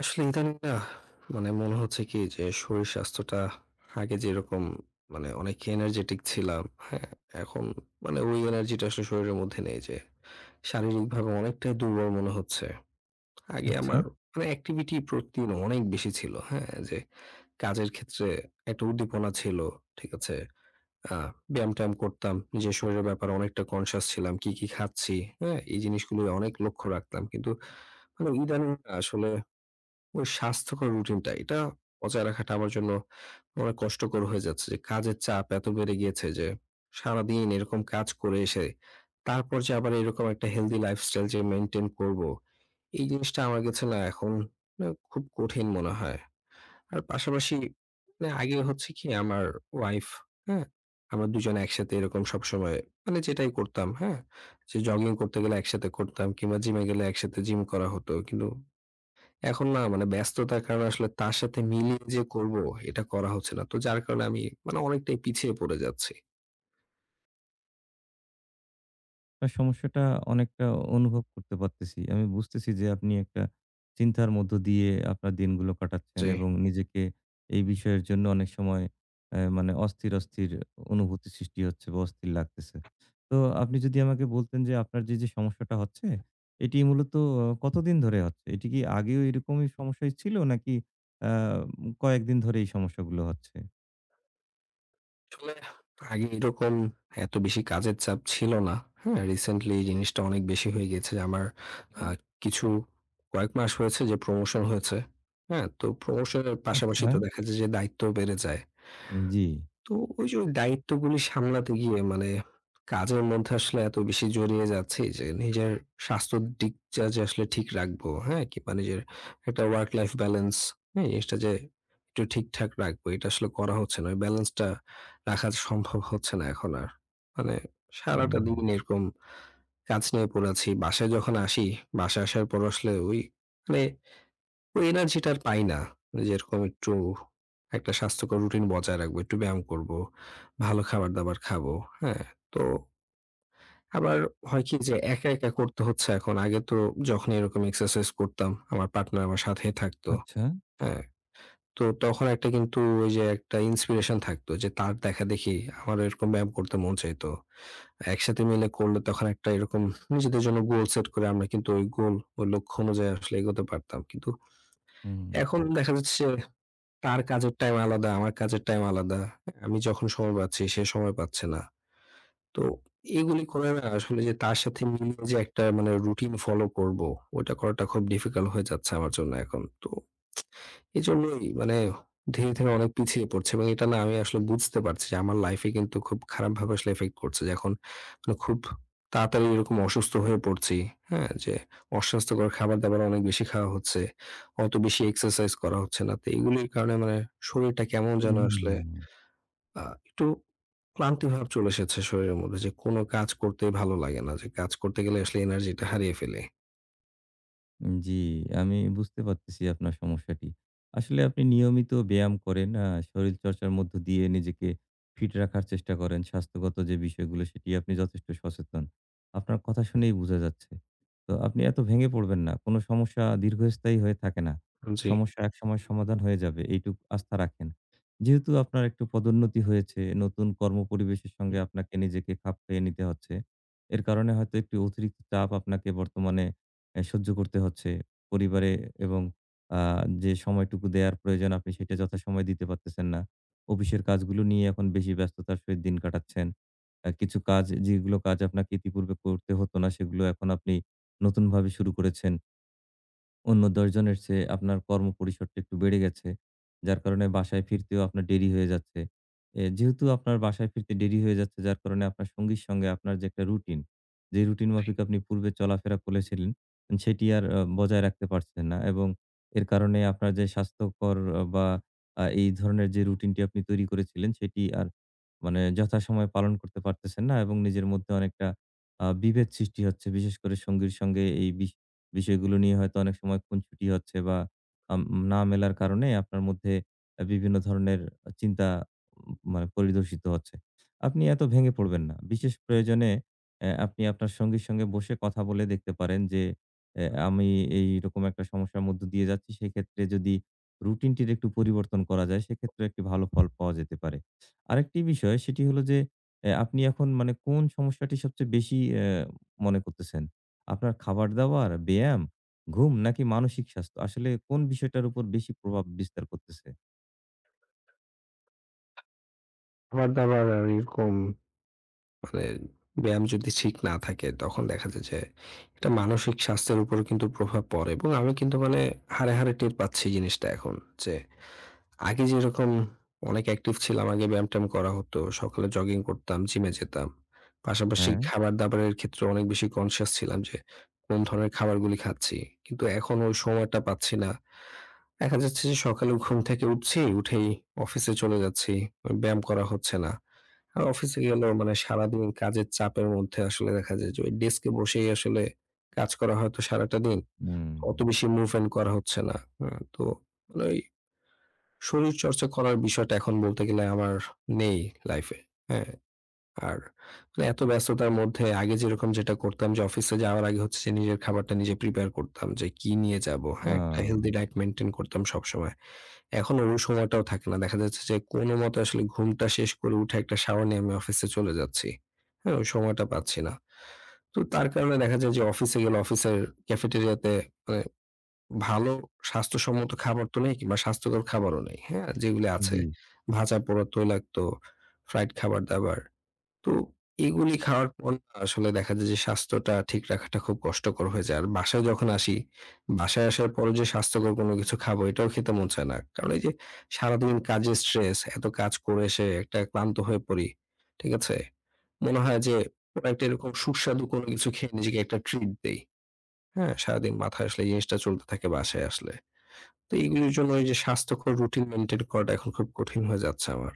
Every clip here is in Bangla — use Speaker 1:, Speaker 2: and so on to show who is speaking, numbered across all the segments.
Speaker 1: আসলে ইদানিং না মানে মনে হচ্ছে কি যে শরীর স্বাস্থ্যটা আগে যেরকম মানে অনেক এনার্জেটিক ছিলাম, হ্যাঁ? এখন মানে ওই এনার্জিটা আসলে শরীরের মধ্যে নেই যে শারীরিকভাবে অনেকটাই দুর্বল মনে হচ্ছে। আগে
Speaker 2: আচ্ছা।
Speaker 1: আমার মানে অ্যাক্টিভিটি প্রতিদিন অনেক বেশি ছিল, হ্যাঁ? যে কাজের ক্ষেত্রে একটা উদ্দীপনা ছিল, ঠিক আছে? আ ব্যায়াম-ট্যায়াম করতাম, নিজের শরীরের ব্যাপারে অনেকটা কনসিয়াস ছিলাম, কি খাচ্ছি, হ্যাঁ? এই জিনিসগুলো অনেক লক্ষ্য রাখতাম। কিন্তু মানে ইদানিং আসলে ওই স্বাস্থ্যকর রুটিনটা এটা বজায় রাখাটা আমার জন্য অনেক কষ্টকর হয়ে যাচ্ছে যে কাজের চাপ এত বেড়ে গিয়েছে যে সারাদিন এরকম কাজ করে এসে তারপর যে আবার এরকম একটা হেলদি লাইফস্টাইল যে মেনটেন করব এই জিনিসটা আমার কাছে না এখন না খুব কঠিন মনে হয়। আর পাশাপাশি মানে আগে হচ্ছে কি আমার ওয়াইফ, হ্যাঁ, আমরা দুজন একসাথে এরকম সবসময় মানে যেটাই করতাম, হ্যাঁ, যে জগিং করতে গেলে একসাথে করতাম কিংবা জিমে গেলে একসাথে জিম করা হতো। কিন্তু এখন না মানে ব্যস্ততার কারণে আসলে তার সাথে মিলিয়ে যে করব এটা করা হচ্ছে না। তো যার কারণে আমি মানে অনেকটাই পিছিয়ে পড়ে যাচ্ছি।
Speaker 2: আপনার সমস্যাটা অনেকটা অনুভব করতে পারতেছি। আমি বুঝতেছি যে আপনি একটা চিন্তার মধ্য দিয়ে আপনার দিনগুলো কাটাচ্ছেন
Speaker 1: জি।
Speaker 2: এবং নিজেকে এই বিষয়ের জন্য অনেক সময় অ্যা মানে অস্থির, অস্থির অনুভূতি সৃষ্টি হচ্ছে বা অস্থির লাগতেছে। তো আপনি যদি আমাকে বলতেন যে আপনার যে সমস্যাটা হচ্ছে এটি মূলত কতদিন ধরে হচ্ছে? এটি কি আগেও এরকমই সমস্যাই ছিল নাকি আ কয়েকদিন ধরে এই সমস্যাগুলো হচ্ছে?
Speaker 1: আসলে আগে এরকম এত বেশি কাজের চাপ ছিল না। হ্যাঁ? রিসেন্টলি এই জিনিসটা অনেক বেশি হয়ে গেছে। আমার আ কিছু কয়েক মাস হয়েছে যে প্রমোশন হয়েছে। হ্যাঁ? তো প্রমোশনের পাশাপাশি
Speaker 2: আচ্ছা।
Speaker 1: তো দেখা যায় যে দায়িত্বও বেড়ে যায়।
Speaker 2: জি।
Speaker 1: তো ওই যে দায়িত্বগুলি সামলাতে গিয়ে মানে কাজের মধ্যে আসলে এত বেশি জড়িয়ে যাচ্ছি যে নিজের স্বাস্থ্যর দিকটা যে আসলে ঠিক রাখবো, হ্যাঁ? কিংবা নিজের একটা ওয়ার্ক লাইফ ব্যালেন্স, হ্যাঁ? জিনিসটা যে একটু ঠিকঠাক রাখবো এটা আসলে করা হচ্ছে না। ওই ব্যালেন্সটা রাখা সম্ভব হচ্ছে না এখন আর। মানে সারাটা
Speaker 2: উম
Speaker 1: দিন এরকম কাজ নিয়ে পড়ে আছি। বাসায় যখন আসি, বাসায় আসার পর আসলে ওই মানে ওই এনার্জিটা আর পাই না। মানে যেরকম একটু একটা স্বাস্থ্যকর রুটিন বজায় রাখবো, একটু ব্যায়াম করবো, ভালো খাবার-দাবার খাবো, হ্যাঁ? তো আবার হয় কি যে একা, একা করতে হচ্ছে এখন। আগে তো যখন এরকম এক্সারসাইজ করতাম, আমার পার্টনার আমার সাথেই থাকতো,
Speaker 2: আচ্ছা।
Speaker 1: হ্যাঁ? তো তখন একটা কিন্তু ওই যে একটা ইন্সপিরেশন থাকতো যে তার দেখাদেখি আমারও এরকম ব্যায়াম করতে মন চাইতো। একসাথে মিলে করলে তখন একটা এরকম নিজেদের জন্য গোল সেট করে আমরা কিন্তু ওই গোল, ওই লক্ষ্য অনুযায়ী আসলে এগোতে পারতাম। কিন্তু
Speaker 2: হুম।
Speaker 1: এখন দেখা যাচ্ছে তার কাজের টাইম আলাদা, আমার কাজের টাইম আলাদা। হ্যাঁ, আমি যখন সময় পাচ্ছি, সে সময় পাচ্ছে না। তো এগুলি করে না আসলে যে তার সাথে মিলিয়ে যে একটা মানে রুটিন ফলো করব, ওটা করাটা খুব ডিফিকাল্ট হয়ে যাচ্ছে আমার জন্য এখন। তো এজন্যই মানে ধীরে, ধীরে অনেক পিছিয়ে পড়ছে এবং এটা না আমি আসলে বুঝতে পারছি যে আমার লাইফ এ কিন্তু খুব খারাপভাবে আসলে ইফেক্ট করছে। যে এখন মানে খুব তাড়াতাড়ি এরকম অসুস্থ হয়ে পড়ছি। হ্যাঁ? যে অস্বাস্থ্যকর খাবার-দাবার অনেক বেশি খাওয়া হচ্ছে। অত বেশি এক্সারসাইজ করা হচ্ছে না। তো এগুলির কারণে মানে শরীরটা কেমন যেন আসলে
Speaker 2: উম
Speaker 1: আ একটু ক্লান্তি ভাব চলে এসেছে শরীরের মধ্যে যে কোনো কাজ করতেই ভালো লাগে না। যে কাজ করতে গেলে আসলে এনার্জিটা হারিয়ে ফেলি।
Speaker 2: উম জি, আমি বুঝতে পারতেছি আপনার সমস্যাটি। আসলে আপনি নিয়মিত ব্যায়াম করেন, শরীরচর্চার মধ্য দিয়ে নিজেকে ফিট রাখার চেষ্টা করেন। স্বাস্থ্যগত যে বিষয়গুলো সেটি আপনি যথেষ্ট সচেতন। আপনার কথা শুনেই বোঝা যাচ্ছে। তো আপনি এত ভেঙে পড়বেন না। কোন সমস্যা দীর্ঘস্থায়ী হয়ে থাকে না।
Speaker 1: জি।
Speaker 2: সমস্যা একসময় সমাধান হয়ে যাবে এইটুক আস্থা রাখেন। যেহেতু আপনার একটু পদোন্নতি হয়েছে, নতুন কর্মপরিবেশের সঙ্গে আপনাকে নিজেকে খাপ খাইয়ে নিতে হচ্ছে। এর কারণে হয়তো একটু অতিরিক্ত চাপ আপনাকে বর্তমানে সহ্য করতে হচ্ছে। পরিবারে এবং আ যে সময়টুকু দেয়ার প্রয়োজন আপনি সেটা যথাসময়ে দিতে পারতেছেন না। অফিসের কাজগুলো নিয়ে এখন বেশি ব্যস্ততার সহিত দিন কাটাচ্ছেন। কিছু কাজ যেগুলো কাজ আপনাকে ইতিপূর্বে করতে হতো না সেগুলো এখন আপনি নতুনভাবে শুরু করেছেন। অন্য ১০ জনের চেয়ে আপনার কর্মপরিসরটা একটু বেড়ে গেছে। যার কারণে বাসায় ফিরতেও আপনার দেরি হয়ে যাচ্ছে। যেহেতু আপনার বাসায় ফিরতে দেরি হয়ে যাচ্ছে যার কারণে আপনার সঙ্গীর সঙ্গে আপনার যে একটা রুটিন, যে রুটিন মাফিক আপনি পূর্বে চলাফেরা করেছিলেন সেটি আর বজায় রাখতে পারছেন না এবং এর কারণে আপনার যে স্বাস্থ্যকর আহ, বা আ এই ধরনের যে রুটিনটি আপনি তৈরি করেছিলেন সেটি আর মানে যথাসময়ে পালন করতে পারতেছেন না এবং নিজের মধ্যে অনেকটা বিভেদ সৃষ্টি হচ্ছে। বিশেষ করে সঙ্গীর সঙ্গে এই বিষয়গুলো নিয়ে হয়তো অনেক সময় খুনসুটি হচ্ছে বা আম না মেলার কারণে আপনার মধ্যে বিভিন্ন ধরনের চিন্তা মানে পরিলক্ষিত হচ্ছে। আপনি এত ভেঙে পড়বেন না। বিশেষ প্রয়োজনে আপনি আপনার সঙ্গীর সঙ্গে বসে কথা বলে দেখতে পারেন যে, আমি এইরকম একটা সমস্যার মধ্য দিয়ে যাচ্ছি। সেক্ষেত্রে যদি রুটিনটির একটু পরিবর্তন করা যায়, সেক্ষেত্রে একটি ভালো ফল পাওয়া যেতে পারে।" আরেকটি বিষয় সেটি হলো যে, আপনি এখন মানে কোন সমস্যাটি সবচেয়ে বেশি মনে করতেছেন? আপনার খাবার-দাবার, ব্যায়াম, ঘুম নাকি মানসিক স্বাস্থ্য? আসলে কোন বিষয়টার উপর বেশি প্রভাব বিস্তার করতেছে?
Speaker 1: খাবার-দাবার আর এরকম মানে ব্যায়াম যদি ঠিক না থাকে তখন দেখা যায় যে এটা মানসিক স্বাস্থ্যের উপর কিন্তু প্রভাব পড়ে এবং আমি কিন্তু মানে হাড়ে, হাড়ে টের পাচ্ছি জিনিসটা এখন। যে আগে যেরকম অনেক অ্যাক্টিভ ছিলাম, আগে ব্যায়াম-ট্যায়াম করা হতো। সকালে জগিং করতাম, জিমে যেতাম। পাশাপাশি
Speaker 2: হ্যাঁ?
Speaker 1: খাবার-দাবারের ক্ষেত্রে অনেক বেশি কনসিয়াস ছিলাম যে কোন ধরনের খাবারগুলি খাচ্ছি। কিন্তু এখন ওই সময়টা পাচ্ছি না। দেখা যাচ্ছে যে সকালে ঘুম থেকে উঠছি, উঠেই অফিসে চলে যাচ্ছি। ব্যায়াম করা হচ্ছে না। আর অফিসে গেলেও মানে সারাদিন কাজের চাপের মধ্যে আসলে দেখা যায় যে ওই ডেস্কে বসেই আসলে কাজ করা হয়তো সারাটা দিন।
Speaker 2: হুম।
Speaker 1: অত বেশি মুভমেন্ট করা হচ্ছে না। হ্যাঁ? তো মানে ওই শরীর চর্চা করার বিষয়টা এখন বলতে গেলে আমার নেই লাইফে। হ্যাঁ? আর মানে এত ব্যস্ততার মধ্যে আগে যেরকম যেটা করতাম যে অফিসে যাওয়ার আগে হচ্ছে যে নিজের খাবারটা নিজে প্রিপেয়ার করতাম যে কি নিয়ে যাবো।
Speaker 2: আ
Speaker 1: হ্যাঁ? একটা হেলথি ডায়েট মেইনটেইন করতাম সবসময়। এখন ওই সময়টাও থাকে না। দেখা যাচ্ছে যে কোনমতে আসলে ঘুমটা শেষ করে উঠে একটা শাওয়ার নিয়ে আমি অফিসে চলে যাচ্ছি। হ্যাঁ? ওই সময়টা পাচ্ছি না। তো তার কারণে দেখা যায় যে অফিসে গেলে অফিসের ক্যাফেটেরিয়াতে মানে ভালো স্বাস্থ্যসম্মত খাবার তো নেই কিংবা স্বাস্থ্যকর খাবারও নেই। হ্যাঁ? যেগুলি আছে
Speaker 2: জি।
Speaker 1: ভাজা পোড়া, তৈলাক্ত, ফ্রাইড খাবার-দাবার। তো এগুলি খাওয়ার পর না আসলে দেখা যায় যে স্বাস্থ্যটা ঠিক রাখাটা খুব কষ্টকর হয়ে যায়। আর বাসায় যখন আসি, বাসায় আসার পরও যে স্বাস্থ্যকর কোনো কিছু খাবো এটাও খেতে মন চায় না। কারণ এই যে সারাদিন কাজের স্ট্রেস, এত কাজ করে এসে একটা ক্লান্ত হয়ে পড়ি। ঠিক আছে? মনে হয় যে কোনো একটা এরকম সুস্বাদু কোনো কিছু খেয়ে নিজেকে একটা ট্রিট দেই। হ্যাঁ? সারাদিন মাথায় আসলে এই জিনিসটা চলতে থাকে বাসায় আসলে। তো এইগুলির জন্য এই যে স্বাস্থ্যকর রুটিন মেইনটেইন করাটা এখন খুব কঠিন হয়ে যাচ্ছে আমার।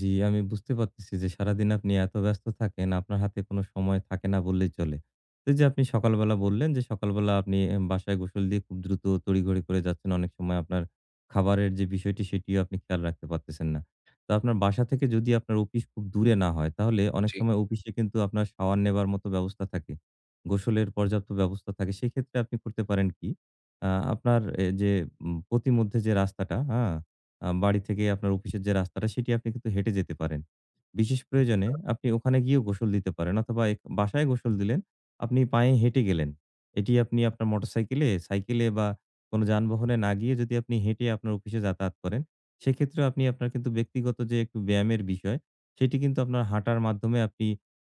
Speaker 2: জি, আমি বুঝতে পারতেছি যে সারাদিন আপনি এত ব্যস্ত থাকেন, আপনার হাতে কোনো সময় থাকে না বললেই চলে। তো এই যে আপনি সকালবেলা বললেন যে সকালবেলা আপনি বাসায় গোসল দিয়ে খুব দ্রুত তড়িঘড়ি করে যাচ্ছেন। অনেক সময় আপনার খাবারের যে বিষয়টি সেটিও আপনি খেয়াল রাখতে পারতেছেন না। তো আপনার বাসা থেকে যদি আপনার অফিস খুব দূরে না হয় তাহলে অনেক সময় অফিসে কিন্তু আপনার শাওয়ার নেবার মতো ব্যবস্থা থাকে। গোসলের পর্যাপ্ত ব্যবস্থা থাকে। সেক্ষেত্রে আপনি করতে পারেন কি? আপনার এ যে উম পথিমধ্যে যে রাস্তাটা, হ্যাঁ? বাড়ি থেকে আপনার অফিসের যে রাস্তাটা সেটি আপনি কিন্তু হেঁটে যেতে পারেন। বিশেষ প্রয়োজনে আপনি ওখানে গিয়েও গোসল দিতে পারেন অথবা এক বাসায় গোসল দিলেন, আপনি পায়ে হেঁটে গেলেন। এটি আপনি আপনার মোটরসাইকেলে, সাইকেলে বা কোন যানবাহনে না গিয়ে যদি আপনি হেঁটে আপনার অফিসে যাতায়াত করেন, সেক্ষেত্রেও আপনি আপনার কিন্তু ব্যক্তিগত যে একটু ব্যায়ামের বিষয়, সেটি কিন্তু আপনার হাঁটার মাধ্যমে আপনি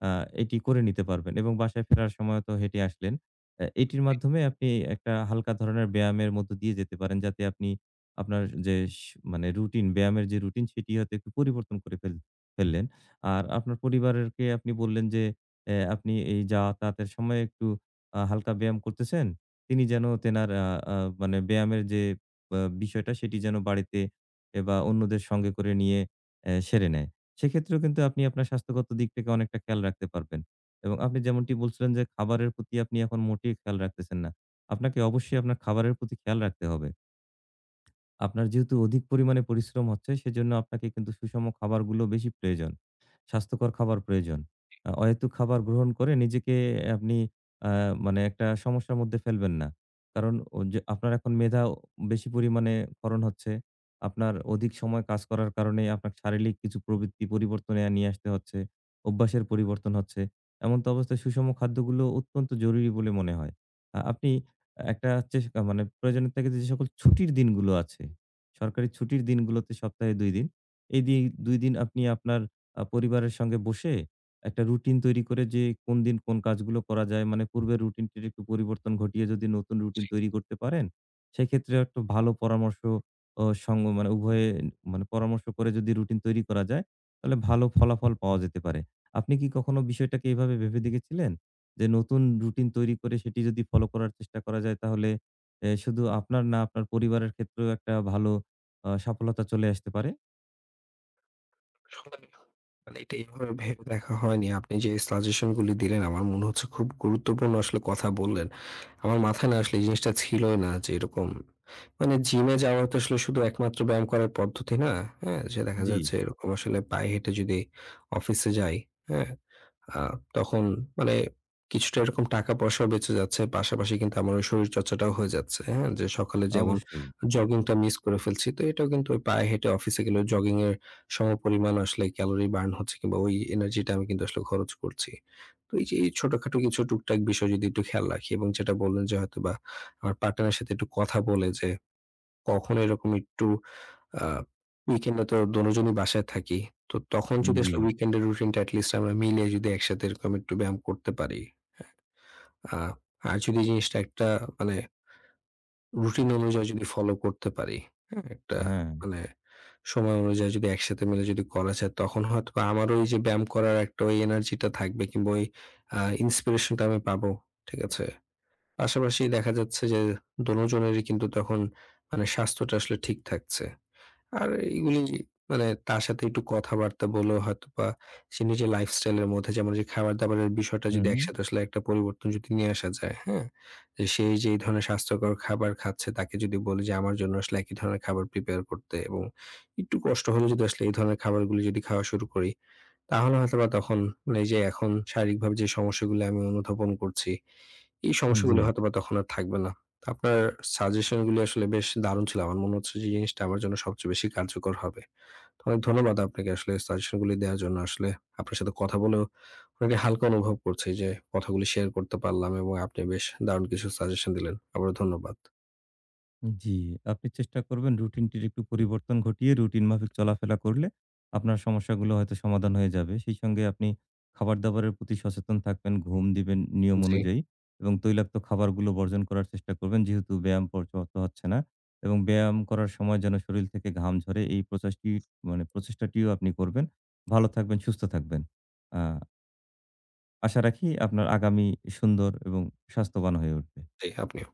Speaker 2: আ এটি করে নিতে পারবেন এবং বাসায় ফেরার সময়ও তো হেঁটে আসলেন। এটির মাধ্যমে আপনি একটা হালকা ধরনের ব্যায়ামের মধ্য দিয়ে যেতে পারেন যাতে আপনি আপনার যে স মানে রুটিন, ব্যায়ামের যে রুটিন সেটি হয়তো একটু পরিবর্তন করে ফেললেন। আর আপনার পরিবারেরকে আপনি বললেন যে আপনি এই যাতায়াতের সময় একটু হালকা ব্যায়াম করতেছেন। তিনি যেন তেনার আ আ মানে ব্যায়ামের যে বিষয়টা সেটি যেন বাড়িতে বা অন্যদের সঙ্গে করে নিয়ে সেরে নেয়। সেক্ষেত্রেও কিন্তু আপনি আপনার স্বাস্থ্যগত দিক থেকে অনেকটা খেয়াল রাখতে পারবেন। এবং আপনি যেমনটি বলছিলেন যে খাবারের প্রতি আপনি এখন মোটেই খেয়াল রাখতেছেন না। আপনাকে অবশ্যই আপনার খাবারের প্রতি খেয়াল রাখতে হবে। আপনার যেহেতু অধিক পরিমাণে পরিশ্রম হচ্ছে, সেজন্য আপনাকে কিন্তু সুষম খাবারগুলো বেশি প্রয়োজন। স্বাস্থ্যকর খাবার প্রয়োজন। অহেতুক খাবার গ্রহণ করে নিজেকে আপনি আ মানে একটা সমস্যার মধ্যে ফেলবেন না। কারণ ও যে আপনার এখন মেধা বেশি পরিমাণে ক্ষরণ হচ্ছে। আপনার অধিক সময় কাজ করার কারণে আপনার শারীরিক কিছু প্রবৃত্তি পরিবর্তনে নিয়ে আসতে হচ্ছে। অভ্যাসের পরিবর্তন হচ্ছে। এমন তো অবস্থায় সুষম খাদ্যগুলো অত্যন্ত জরুরি বলে মনে হয়। আপনি একটা চেস আ মানে প্রয়োজনের তাগিদে যে সকল ছুটির দিনগুলো আছে, সরকারি ছুটির দিনগুলোতে সপ্তাহে ২ দিন। এই দি ২ দিন আপনি আপনার পরিবারের সঙ্গে বসে একটা রুটিন তৈরি করে যে কোন দিন কোন কাজগুলো করা যায় মানে পূর্বের রুটিনটির একটু পরিবর্তন ঘটিয়ে যদি নতুন রুটিন তৈরি করতে পারেন, সেক্ষেত্রে একটু ভালো পরামর্শ ও সঙ্গ মানে উভয়ে মানে পরামর্শ করে যদি রুটিন তৈরি করা যায়, তাহলে ভালো ফলাফল পাওয়া যেতে পারে। আপনি কি কখনো বিষয়টাকে এভাবে ভেবে দেখেছিলেন? যে নতুন রুটিন তৈরি করে সেটি যদি ফলো করার চেষ্টা করা যায় তাহলে শুধু আপনার না আপনার পরিবারের ক্ষেত্রেও একটা ভালো সফলতা চলে আসতে পারে।
Speaker 1: জি। মানে এটা এভাবে ভেবে দেখা হয়নি। আপনি যে সাজেশন গুলি দিলেন আমার মনে হচ্ছে খুব গুরুত্বপূর্ণ আসলে কথা বললেন। আমার মাথায় না আসলে এই জিনিসটা ছিলই না যে এরকম মানে জিমে যাওয়া তো আসলে শুধু একমাত্র ব্যায়াম করার পদ্ধতি না। হ্যাঁ? যে দেখা
Speaker 2: জি,
Speaker 1: যাচ্ছে এরকম আসলে পায়ে হেঁটে যদি অফিসে যাই, হ্যাঁ? আ তখন মানে কিছুটা এরকম টাকা-পয়সাও বেঁচে যাচ্ছে। পাশাপাশি কিন্তু আমার ওই শরীরচর্চাটাও হয়ে যাচ্ছে। হ্যাঁ? যে সকালে যেমন
Speaker 2: অবশ্যই।
Speaker 1: জগিংটা মিস করে ফেলছি। তো এটাও কিন্তু ওই পায়ে হেঁটে অফিসে গেলেও জগিং এর সমপরিমাণ আসলে ক্যালোরি বার্ন হচ্ছে কিংবা ওই এনার্জিটা আমি কিন্তু আসলে খরচ করছি। তো এই যে এই ছোটখাটো কিছু টুকটাক বিষয় যদি একটু খেয়াল রাখি এবং যেটা বললেন যে হয়তোবা আমার পার্টনারের সাথে একটু কথা বলে যে কখন এরকম একটু আ উইকেন্ডে তো দোনোজনই বাসায় থাকি। তো তখন যদি
Speaker 2: জি।
Speaker 1: আসলে
Speaker 2: জি,
Speaker 1: উইকেন্ডের রুটিনটা এট লিস্ট আমরা মিলে যদি একসাথে এরকম একটু ব্যায়াম করতে পারি। আ আর যদি জিনিসটা একটা মানে রুটিন অনুযায়ী যদি ফলো করতে পারি, হ্যাঁ? একটা
Speaker 2: হ্যাঁ।
Speaker 1: মানে সময় অনুযায়ী যদি একসাথে মিলে যদি করা যায় তখন হয়তোবা আমারও ওই যে ব্যায়াম করার একটা ওই এনার্জিটা থাকবে কিংবা ওই ইন্সপিরেশনটা আমি পাবো। ঠিক আছে? পাশাপাশি দেখা যাচ্ছে যে দোনোজনেরই কিন্তু তখন মানে স্বাস্থ্যটা আসলে ঠিক থাকছে। আর এগুলি মানে তার সাথে একটু কথাবার্তা বলেও হয়তোবা সে নিজের লাইফস্টাইল এর মধ্যে যেমন যে খাবার-দাবারের বিষয়টা যদি
Speaker 2: হুম,
Speaker 1: একসাথে আসলে একটা পরিবর্তন যদি নিয়ে আসা যায়, হ্যাঁ? যে সে যেই ধরনের স্বাস্থ্যকর খাবার খাচ্ছে তাকে যদি বলি যে আমার জন্য আসলে একই ধরনের খাবার প্রিপেয়ার করতে এবং একটু কষ্ট হলেও যদি আসলে এই ধরনের খাবারগুলি যদি খাওয়া শুরু করি, তাহলে হয়তোবা তখন মানে এই যে এখন শারীরিকভাবে যে সমস্যাগুলো আমি অনুধাবন করছি এই
Speaker 2: জি।
Speaker 1: সমস্যাগুলো হয়তোবা তখন আর থাকবে না। তো আপনার সাজেশন গুলো আসলে বেশ দারুণ ছিল। আমার মনে হচ্ছে যে জিনিসটা আমার জন্য সবচেয়ে বেশি কার্যকর হবে। তো অনেক ধন্যবাদ আপনাকে আসলে সাজেশন গুলি দেওয়ার জন্য। আসলে আপনার সাথে কথা বলেও অনেক হালকা অনুভব করছি যে কথাগুলি শেয়ার করতে পারলাম এবং আপনি বেশ দারুণ কিছু সাজেশন দিলেন। আবারও ধন্যবাদ।
Speaker 2: জি, আপনি চেষ্টা করবেন রুটিনটির একটু পরিবর্তন ঘটিয়ে রুটিন মাফিক চলাফেরা করলে আপনার সমস্যাগুলো হয়তো সমাধান হয়ে যাবে। সেই সঙ্গে আপনি খাবার-দাবারের প্রতি সচেতন থাকবেন, ঘুম দিবেন নিয়ম
Speaker 1: জি,
Speaker 2: অনুযায়ী এবং তৈলাক্ত খাবারগুলো বর্জন করার চেষ্টা করবেন। যেহেতু ব্যায়াম পর্যাপ্ত হচ্ছে না এবং ব্যায়াম করার সময় যেন শরীর থেকে ঘাম ঝরে এই মানে প্রচেষ্টাটিও আপনি করবেন। ভালো থাকবেন, সুস্থ থাকবেন। আ আশা রাখি আপনার আগামী সুন্দর এবং স্বাস্থ্যবান হয়ে উঠবে।
Speaker 1: জি আপনিও।